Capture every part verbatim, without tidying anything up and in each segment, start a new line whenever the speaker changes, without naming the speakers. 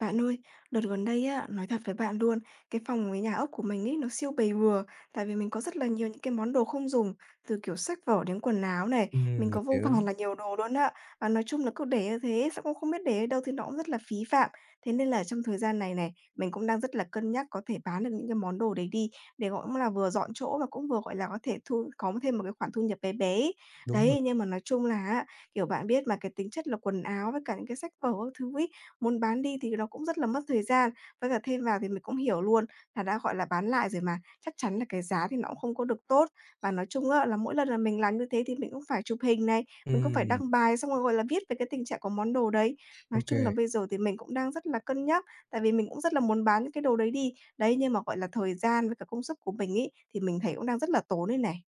Bạn ơi, đợt gần đây á, nói thật với bạn luôn, cái phòng với nhà ốc của mình ấy nó siêu bầy bừa, tại vì mình có rất là nhiều những cái món đồ không dùng, từ kiểu sách vở đến quần áo này,
Ừm,
mình có
mình
vô
hiểu,
vàn là nhiều đồ luôn á. Và nói chung là cứ để như thế, sao cũng không biết để ở đâu thì nó cũng rất là phí phạm. Thế nên là trong thời gian này này, mình cũng đang rất là cân nhắc có thể bán được những cái món đồ đấy đi, để gọi cũng là vừa dọn chỗ và cũng vừa gọi là có thể thu có thêm một cái khoản thu nhập bé bé. ấy.
đúng rồi.
Đấy, nhưng mà nói chung là á, kiểu bạn biết mà cái tính chất là quần áo với cả những cái sách vở các thứ ấy, muốn bán đi thì nó cũng rất là mất thời gian, với cả thêm vào thì mình cũng hiểu luôn là đã, gọi là, bán lại rồi mà, chắc chắn là cái giá thì nó cũng không có được tốt. Và nói chung á là mỗi lần là mình làm như thế thì mình cũng phải chụp hình này, mình cũng phải
Ừm,
đăng bài xong rồi, gọi là, viết về cái tình trạng của món đồ đấy. Nói
ô kê.
chung là bây giờ thì mình cũng đang rất là cân nhắc, tại vì mình cũng rất là muốn bán những cái đồ đấy đi. Đấy, nhưng mà, gọi là, thời gian với cả công sức của mình ý thì mình thấy cũng đang rất là tốn đây này.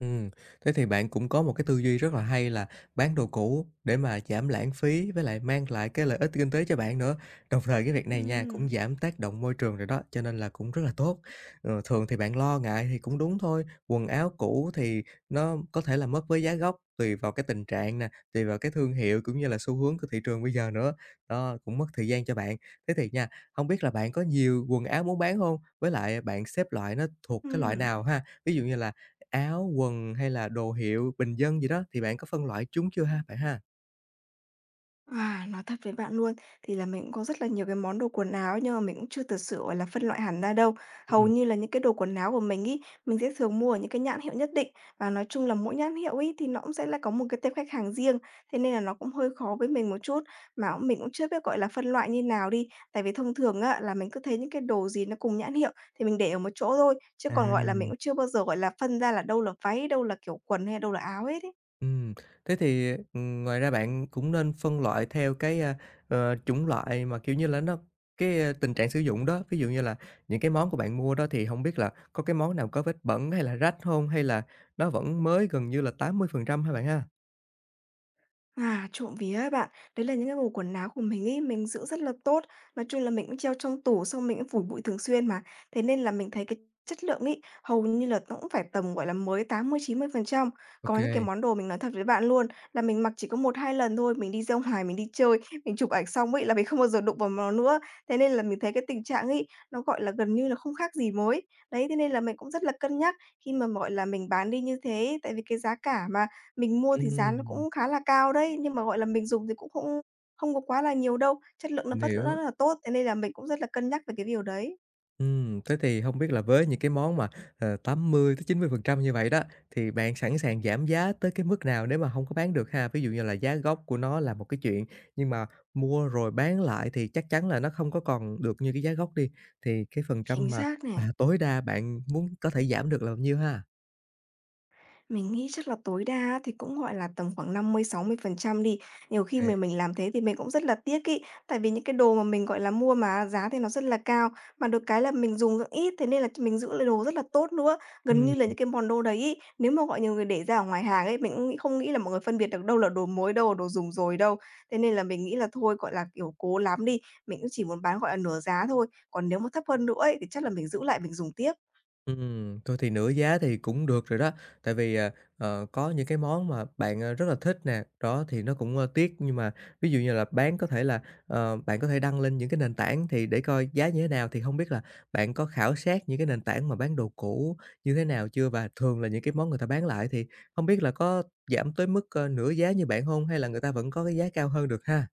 ừ Thế thì bạn cũng có một cái tư duy rất là hay là bán đồ cũ để mà giảm lãng phí với lại mang lại cái lợi ích kinh tế cho bạn nữa. Đồng thời cái việc này nha, cũng
Ừm,
giảm tác động môi trường rồi đó, cho nên là cũng rất là tốt. Ờ, thường thì bạn lo ngại thì cũng đúng thôi, quần áo cũ thì nó có thể là mất với giá gốc, tùy vào cái tình trạng nè, tùy vào cái thương hiệu cũng như là xu hướng của thị trường bây giờ nữa. Đó, cũng mất thời gian cho bạn. Thế thì nha, không biết là bạn có nhiều quần áo muốn bán không? Với lại bạn xếp loại nó thuộc cái loại
ừm.
nào ha? Ví dụ như là áo, quần hay là đồ hiệu, bình dân gì đó thì bạn có phân loại chúng chưa ha, bạn ha?
À, nói thật với bạn luôn thì là mình cũng có rất là nhiều cái món đồ quần áo nhưng mà mình cũng chưa thật sự, gọi là, phân loại hẳn ra đâu. Hầu
Ừm.
như là những cái đồ quần áo của mình ý, mình sẽ thường mua ở những cái nhãn hiệu nhất định, và nói chung là mỗi nhãn hiệu ý thì nó cũng sẽ là có một cái tệp khách hàng riêng, thế nên là nó cũng hơi khó với mình một chút, mà cũng mình cũng chưa biết, gọi là, phân loại như nào đi. Tại vì thông thường á là mình cứ thấy những cái đồ gì nó cùng nhãn hiệu thì mình để ở một chỗ thôi, chứ còn, gọi là, mình
À.
cũng chưa bao giờ, gọi là, phân ra là đâu là váy, đâu là kiểu quần hay đâu là áo hết ấy.
Ừm, thế thì, ừm, ngoài ra bạn cũng nên phân loại theo cái, a, ờ, chủng loại mà, kiểu như là, nó cái, a, tình trạng sử dụng đó. Ví dụ như là những cái món của bạn mua đó thì hông biết là có cái món nào có vết bẩn hay là rách hông? Hay là nó vẫn mới gần như là tám mươi phần trăm hả bạn ha?
À, trộm vía ấy bạn, đấy là những cái bộ quần áo của mình ấy, mình giữ rất là tốt. Nói chung là mình cũng treo trong tủ, xong mình cũng phủi bụi thường xuyên mà. Thế nên là mình thấy cái chất lượng ấy, hầu như là nó cũng phải tầm, gọi là, mới tám mươi mươi chín phần trăm.
Ô
Có những
kê,
cái món đồ mình nói thật với bạn luôn, là mình mặc chỉ có một hai lần thôi, mình đi ra ngoài, mình đi chơi, mình chụp ảnh xong ấy là mình không bao giờ đụng vào nó nữa. Thế nên là mình thấy cái tình trạng ấy, nó, gọi là, gần như là không khác gì mới. Đấy, thế nên là mình cũng rất là cân nhắc khi mà, gọi là, mình bán đi như thế, tại vì cái giá cả mà. Mình mua thì giá nó
ừm,
cũng khá là cao đấy, nhưng mà, gọi là, mình dùng thì cũng không không có quá là nhiều đâu, chất lượng nó
mình
vẫn rất
hiểu.
là tốt, thế nên là mình cũng rất là cân nhắc về cái điều đấy.
Ừm, thế thì không biết là với những cái món mà, ờ, tám mươi tới chín mươi phần trăm như vậy đó, thì bạn sẵn sàng giảm giá tới cái mức nào nếu mà không có bán được ha? Ví dụ như là giá gốc của nó là một cái chuyện, nhưng mà mua rồi bán lại thì chắc chắn là nó không có còn được như cái giá gốc đi, thì cái phần trăm
Chính
mà,
xác nè.
à, tối đa bạn muốn có thể giảm được là bao nhiêu ha?
Mình nghĩ chắc là tối đa á thì cũng, gọi là, tầm khoảng năm mươi mươi sáu mươi phần trăm đi. Nhiều khi
Kê.
mà mình làm thế thì mình cũng rất là tiếc ý, tại vì những cái đồ mà mình, gọi là, mua mà giá thì nó rất là cao, mà được cái là mình dùng rất ít, thế nên là mình giữ lấy đồ rất là tốt nữa. Gần như là những cái món đồ đấy ấy, nếu mà, gọi, nhiều người để ra ở ngoài hàng ấy, mình cũng nghĩ không nghĩ là mọi người phân biệt được đâu là đồ mới, đâu là đồ dùng rồi đâu. Thế nên là mình nghĩ là thôi, gọi là, kiểu, cố lắm đi, mình cũng chỉ muốn bán, gọi là, nửa giá thôi, còn nếu mà thấp hơn nữa ấy thì chắc là mình giữ lại mình dùng tiếp.
Ừm, thôi thì nửa giá thì cũng được rồi đó, tại vì, à, ờ, có những cái món mà bạn, ờ, rất là thích nè, đó, thì nó cũng, ơ, tiếc, nhưng mà ví dụ như là bán có thể là, ờ, bạn có thể đăng lên những cái nền tảng thì để coi giá như thế nào, thì không biết là bạn có khảo sát những cái nền tảng mà bán đồ cũ như thế nào chưa? Và thường là những cái món người ta bán lại thì không biết là có giảm tới mức, ơ, nửa giá như bạn không, hay là người ta vẫn có cái giá cao hơn được ha?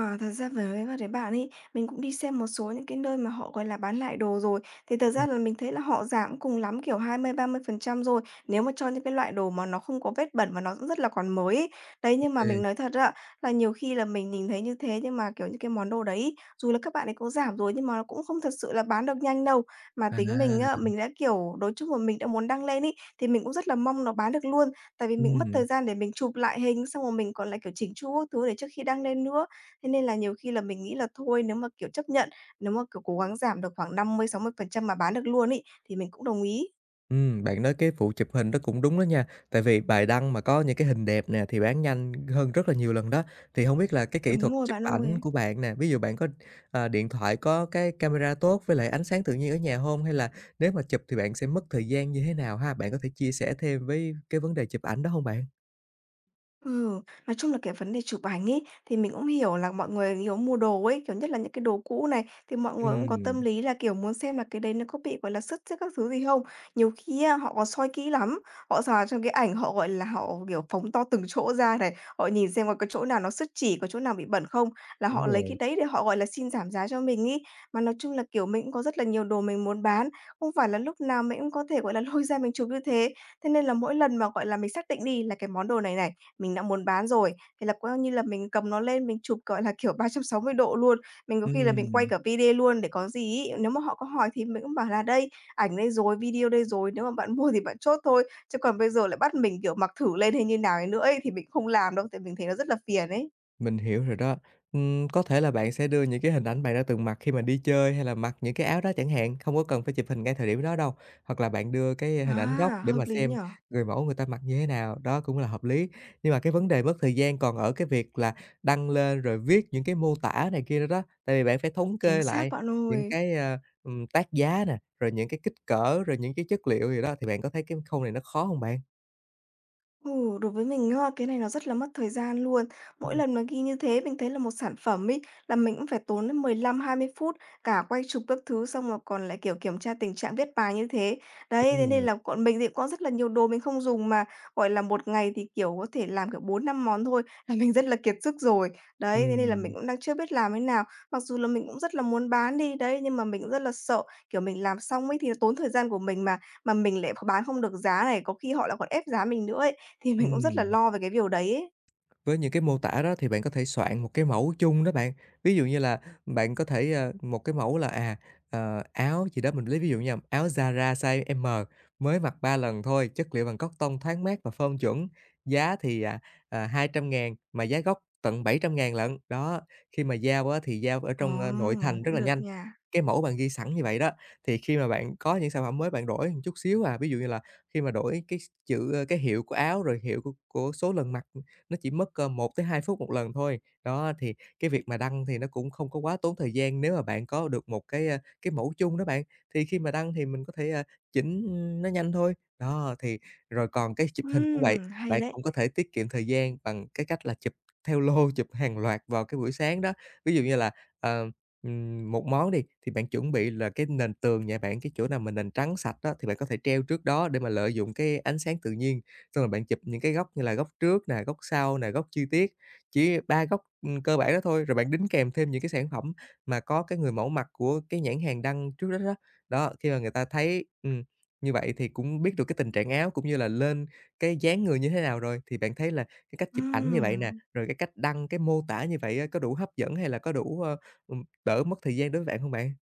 À, thật ra với với với bạn ấy, mình cũng đi xem một số những cái nơi mà họ, gọi là, bán lại đồ rồi, thì thật ra
Ừm.
là mình thấy là họ giảm cùng lắm, kiểu, hai mươi mươi ba mươi phần trăm rồi, nếu mà cho những cái loại đồ mà nó không có vết bẩn và nó cũng rất là còn mới ấy. Đấy, nhưng mà
Ô.
mình nói thật á, là nhiều khi là mình nhìn thấy như thế nhưng mà, kiểu, những cái món đồ đấy ấy, dù là các bạn ấy có giảm rồi nhưng mà nó cũng không thật sự là bán được nhanh đâu. Mà
À.
tính mình á, mình đã, kiểu, nói chung là mình đã muốn đăng lên ấy, thì mình cũng rất là mong nó bán được luôn, tại vì mình mất thời
Ừm.
gian để mình chụp lại hình, xong rồi mình còn lại, kiểu, chỉnh chu các thứ để trước khi đăng lên nữa. Thế nên là nhiều khi là mình nghĩ là thôi nếu mà, kiểu, chấp nhận, nếu mà, kiểu, cố gắng giảm được khoảng năm mươi mươi sáu mươi phần trăm mà bán được luôn ấy, thì mình cũng đồng ý.
Ừm, bạn nói cái vụ chụp hình đó cũng đúng đó nha, tại vì bài đăng mà có những cái hình đẹp nè thì bán nhanh hơn rất là nhiều lần đó. Thì không biết là cái kỹ
Đúng
thuật
rồi
chụp
bạn
ảnh
ơi.
của bạn nè, ví dụ bạn có, ờ, điện thoại có cái camera tốt với lại ánh sáng tự nhiên ở nhà hông? Hay là nếu mà chụp thì bạn sẽ mất thời gian như thế nào ha? Bạn có thể chia sẻ thêm với cái vấn đề chụp ảnh đó không bạn?
Ừ, nói chung là cái vấn đề chụp ảnh ấy, thì mình cũng hiểu là mọi người kiểu mua đồ ấy, kiểu, nhất là những cái đồ cũ này, thì mọi người cũng có tâm
Ừm,
lý là, kiểu, muốn xem là cái đấy nó có bị, gọi là, xước xước các thứ gì không. Nhiều khi á, họ còn soi kỹ lắm, họ sờ trong cái ảnh họ, gọi là, họ, kiểu, phóng to từng chỗ ra này, họ nhìn xem có cái chỗ nào nó xước chỉ, có chỗ nào bị bẩn không, là
đúng
họ lấy cái
rồi.
đấy để họ, gọi là, xin giảm giá cho mình ấy. Mà nói chung là, kiểu, mình cũng có rất là nhiều đồ mình muốn bán, không phải là lúc nào mình cũng có thể, gọi là, lôi ra mình chụp như thế. Thế nên là mỗi lần mà, gọi là, mình xác định đi là cái món đồ này này, mình đã muốn bán rồi, thì là coi như là mình cầm nó lên mình chụp, gọi là, kiểu, ba trăm sáu mươi độ luôn. Mình có khi là mình quay
Ừm.
cả video luôn để có gì ấy, nếu mà họ có hỏi thì mình cũng bảo là "Đây, ảnh đây rồi, video đây rồi, nếu mà bạn mua thì bạn chốt thôi." Chứ còn bây giờ lại bắt mình, kiểu, mặc thử lên hay như nào ấy nữa ấy, thì mình không làm đâu, tại mình thấy nó rất là phiền ấy.
Mình hiểu rồi đó. Ừm, có thể là bạn sẽ đưa những cái hình ảnh bạn đã từng mặc khi mà đi chơi hay là mặc những cái áo đó chẳng hạn, không có cần phải chụp hình ngay thời điểm đó đâu. Hoặc là bạn đưa cái hình
À,
ảnh gốc để
hợp
mà
lý nhỉ?
xem người mẫu người ta mặc như thế nào, đó cũng là hợp lý. Nhưng mà cái vấn đề mất thời gian còn ở cái việc là đăng lên rồi viết những cái mô tả này kia nữa đó. Tại vì bạn phải thống
Chính
kê
xác
lại
bạn
những
ơi.
cái, ờ, ừm, tác giá nè, rồi những cái kích cỡ, rồi những cái chất liệu gì đó, thì bạn có thấy cái khâu này nó khó không bạn?
Ừ, đối với mình ha, cái này nó rất là mất thời gian luôn. Mỗi
Ừm,
lần mà ghi như thế mình thấy là một sản phẩm ấy là mình cũng phải tốn đến mười lăm hai mươi phút cả quay chụp các thứ xong rồi còn lại, kiểu, kiểm tra tình trạng viết bài như thế. Đấy, thế
đúng
nên
rồi.
là bọn mình thì có rất là nhiều đồ mình không dùng mà, gọi là, một ngày thì, kiểu, có thể làm, kiểu, bốn năm món thôi là mình rất là kiệt sức rồi. Đấy, thế nên là mình
Ừm,
cũng đang chưa biết làm thế nào. Mặc dù là mình cũng rất là muốn bán đi, đấy, nhưng mà mình cũng rất là sợ, kiểu, mình làm xong ấy thì tốn thời gian của mình mà, mà mình lại kh bán không được giá này, có khi họ lại còn ép giá mình nữa ấy, thì mình cũng rất là
ừm.
lo về cái điều đấy ấy.
Với những cái mô tả đó thì bạn có thể soạn một cái mẫu chung đó bạn. Ví dụ như là bạn có thể, ờ, một cái mẫu là, à, ờ, áo gì đó mình lấy ví dụ nha, áo Zara size M, mới mặc ba lần thôi, chất liệu bằng cotton thoáng mát và phom chuẩn, giá thì, à, à, hai trăm nghìn mà giá gốc tận bảy trăm ngàn lận. Đó, khi mà giao á thì giao ở
Ờ,
trong, ơ, nội thành rất
cũng
là
được
nhanh.
nha.
Cái mẫu bạn ghi sẵn như vậy đó, thì khi mà bạn có những sản phẩm mới bạn đổi một chút xíu à, ví dụ như là khi mà đổi cái chữ, ơ, cái hiệu của áo rồi hiệu của của số lần mặc nó chỉ mất, ờ, một tới hai phút một lần thôi. Đó, thì cái việc mà đăng thì nó cũng không có quá tốn thời gian nếu mà bạn có được một cái, a, cái mẫu chung đó bạn, thì khi mà đăng thì mình có thể, a, chỉnh, nó nhanh thôi. Đó, thì rồi còn cái chụp hình cũng vậy,
Ừm, hay
bạn
đấy.
cũng có thể tiết kiệm thời gian bằng cái cách là chụp theo lô, chụp hàng loạt vào cái buổi sáng đó. Ví dụ như là, ờ, ừm, một món đi, thì bạn chuẩn bị là cái nền tường nhà bạn, cái chỗ nào mà nền trắng sạch đó thì bạn có thể treo trước đó để mà lợi dụng cái ánh sáng tự nhiên. Xong rồi bạn chụp những cái góc như là góc trước nè, góc sau nè, góc chi tiết, chỉ ba góc, ừm, cơ bản đó thôi, rồi bạn đính kèm thêm những cái sản phẩm mà có cái người mẫu mặt của cái nhãn hàng đăng trước đó đó. Đó, khi mà người ta thấy, ừm, như vậy thì cũng biết được cái tình trạng áo cũng như là lên cái dáng người như thế nào rồi, thì bạn thấy là cái cách chụp ảnh như vậy nè,
Ừm.
rồi cái cách đăng, cái mô tả như vậy á có đủ hấp dẫn hay là có đủ, ơ, ừm, đỡ mất thời gian đối với bạn không bạn?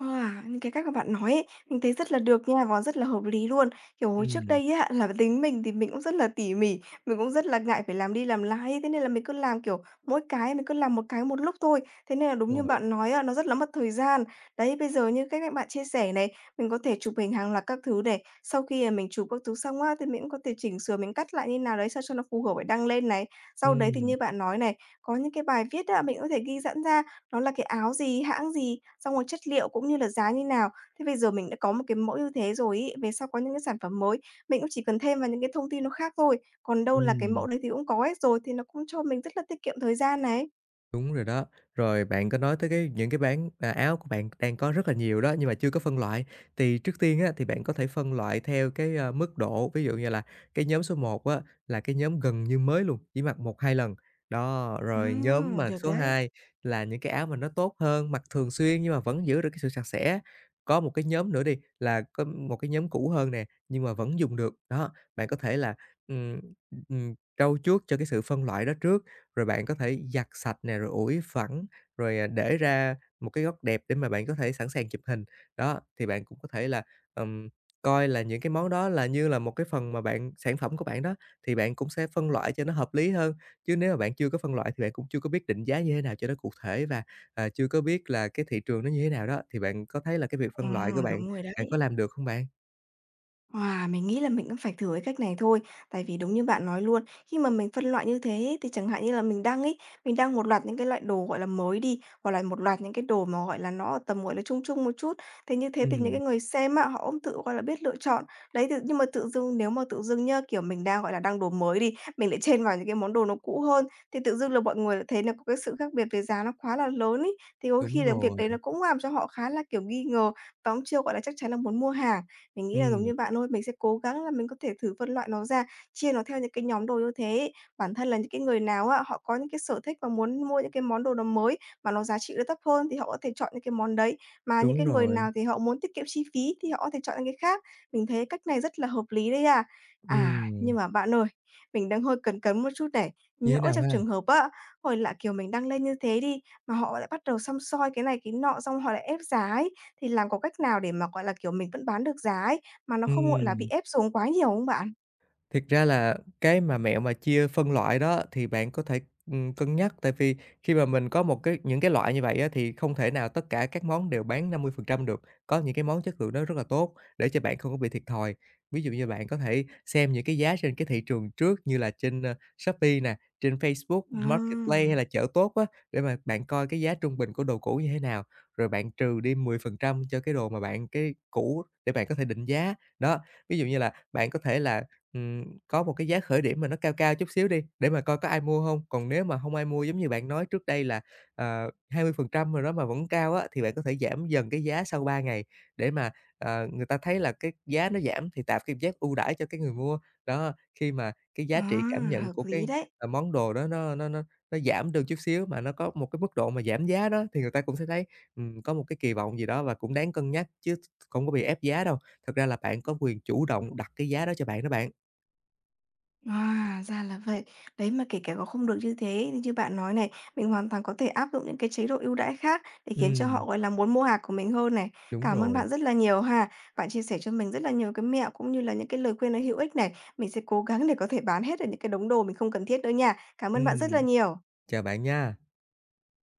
À, những cái cách mà bạn nói ấy, mình thấy rất là được nha, và rất là hợp lý luôn. Kiểu, hồi trước
Ừm,
đây á, là tính mình thì mình cũng rất là tỉ mỉ, mình cũng rất là ngại phải làm đi làm lại ấy, thế nên là mình cứ làm, kiểu, mỗi cái mình cứ làm một cái một lúc thôi. Thế nên là đúng như
rồi,
bạn nói á, nó rất là mất thời gian. Đấy, bây giờ như cái cách bạn chia sẻ này, mình có thể chụp hình hàng loạt các thứ này, sau khi, à, mình chụp các thứ xong á, thì mình cũng có thể chỉnh sửa, mình cắt lại như nào đấy sao cho nó phù hợp để đăng lên này. Sau đấy thì
ừm,
như bạn nói này, có những cái bài viết á, mình có thể ghi sẵn ra nó là cái áo gì, hãng gì, xong rồi chất liệu cũng như là giá như nào. Thế bây giờ mình đã có một cái mẫu như thế rồi ấy, về sau có những cái sản phẩm mới, mình cũng chỉ cần thêm vào những cái thông tin nó khác thôi, còn đâu là cái mẫu
ừm.
đấy thì cũng có hết rồi, thì nó cũng cho mình rất là tiết kiệm thời gian này.
Đúng rồi đó. Rồi bạn có nói tới cái những cái bán à, áo của bạn đang có rất là nhiều đó, nhưng mà chưa có phân loại. Thì trước tiên á, thì bạn có thể phân loại theo cái, a, mức độ, ví dụ như là cái nhóm số một á, là cái nhóm gần như mới luôn, chỉ mặc một hai lần. Đó, rồi nhóm
Ừm,
mà
được
số
đấy.
hai là những cái áo mà nó tốt hơn, mặc thường xuyên nhưng mà vẫn giữ được cái sự sạch sẽ. Có một cái nhóm nữa đi, là có một cái nhóm cũ hơn nè, nhưng mà vẫn dùng được. Đó, bạn có thể là, ừm, ừm, trau chuốt cho cái sự phân loại đó trước, rồi bạn có thể giặt sạch nè, rồi ủi phẳng, rồi, à, để ra một cái góc đẹp để mà bạn có thể sẵn sàng chụp hình. Đó, thì bạn cũng có thể là, ừm, coi là những cái món đó là như là một cái phần mà bạn sản phẩm của bạn đó, thì bạn cũng sẽ phân loại cho nó hợp lý hơn. Chứ nếu mà bạn chưa có phân loại thì bạn cũng chưa có biết định giá như thế nào cho nó cụ thể và, à, chưa có biết là cái thị trường nó như thế nào đó, thì bạn có thấy là cái việc phân loại của
Ừm,
bạn,
đúng rồi đấy.
bạn có làm được không bạn?
Wow, mình nghĩ là mình cũng phải thử cái cách này thôi, tại vì đúng như bạn nói luôn, khi mà mình phân loại như thế ấy, thì chẳng hạn như là mình đang ấy, mình đang một loạt những cái loại đồ, gọi là, mới đi, hoặc là một loạt những cái đồ mà, gọi là, nó ở tầm, gọi là, trung trung một chút. Thế như thế thì những cái
Ừm,
người xem á, họ cũng tự, gọi là, biết lựa chọn. Đấy, tự nhưng mà tự dưng nếu mà tự dưng nhá, kiểu, mình đang, gọi là, đang đồ mới đi, mình lại chêm vào những cái món đồ nó cũ hơn, thì tự dưng là mọi người lại thấy là có cái sự khác biệt về giá nó quá là lớn ấy, thì đôi khi
đúng
là việc
rồi,
đấy nó cũng làm cho họ khá là, kiểu, nghi ngờ và cũng chưa, gọi là, chắc chắn là muốn mua hàng. Mình nghĩ là giống
ừm,
như bạn thôi, mình sẽ cố gắng là mình có thể thử phân loại nó ra, chia nó theo những cái nhóm đồ như thế ấy. Bản thân là những cái người nào á, họ có những cái sở thích và muốn mua những cái món đồ nó mới mà nó giá trị nó thấp hơn thì họ có thể chọn những cái món đấy, mà những
đúng
cái người
rồi,
nào thì họ muốn tiết kiệm chi phí thì họ có thể chọn những cái khác. Mình thấy cách này rất là hợp lý đấy à. À,
ừm,
nhưng mà bạn ơi, mình đang hơi cấn cấn một chút này,
như
nhỡ
thế nào
trong
ha?
trường hợp á, hồi lạ, kiểu, mình đăng lên như thế đi mà họ lại bắt đầu săm soi cái này cái nọ, xong họ lại ép giá ấy, thì làm có cách nào để mà, gọi là, kiểu, mình vẫn bán được giá ấy, mà nó không, gọi là, bị
Ừm.
ép xuống quá nhiều không bạn?
thực ra là cái mà mẹo mà chia phân loại đó thì bạn có thể, ừm, cân nhắc, tại vì khi mà mình có một cái những cái loại như vậy á, thì không thể nào tất cả các món đều bán năm mươi phần trăm được, có những cái món chất lượng nó rất là tốt để cho bạn không có bị thiệt thòi. Ví dụ như bạn có thể xem những cái giá trên cái thị trường trước như là trên, ơ, Shopee nè, trên Facebook Marketplace hay
À,
là Chợ Tốt á, để mà bạn coi cái giá trung bình của đồ cũ như thế nào, rồi bạn trừ đi mười phần trăm cho cái đồ mà bạn cái cũ để bạn có thể định giá. Đó, ví dụ như là bạn có thể là Ừm, có một cái giá khởi điểm mà nó cao cao chút xíu đi, để mà coi có ai mua không. Còn nếu mà không ai mua giống như bạn nói trước đây là, ờ, hai mươi phần trăm rồi đó mà vẫn cao á, thì bạn có thể giảm dần cái giá sau ba ngày để mà, ờ, người ta thấy là cái giá nó giảm thì tạo cái cảm giác ưu đãi cho cái người mua. Đó, khi mà cái giá
à,
trị cảm nhận
hợp
của
lý
cái,
đấy.
ờ, món đồ đó nó nó nó nó giảm được chút xíu mà nó có một cái mức độ mà giảm giá đó, thì người ta cũng sẽ thấy, ừm, có một cái kỳ vọng gì đó và cũng đáng cân nhắc chứ không có bị ép giá đâu. Thật ra là bạn có quyền chủ động đặt cái giá đó cho bạn đó bạn.
À, ra là vậy. Đấy, mà kể cả có không được như thế thì như bạn nói này, mình hoàn toàn có thể áp dụng những cái chế độ ưu đãi khác để khiến cho họ,
Ừm,
gọi là, muốn mua hàng của mình hơn này.
đúng
Cảm ơn
rồi.
bạn rất là nhiều ha. Bạn chia sẻ cho mình rất là nhiều cái mẹo cũng như là những cái lời khuyên nó hữu ích này. Mình sẽ cố gắng để có thể bán hết được những cái đống đồ mình không cần thiết nữa nha. Cảm ơn bạn rất là
Ừm,
nhiều.
chào bạn nha.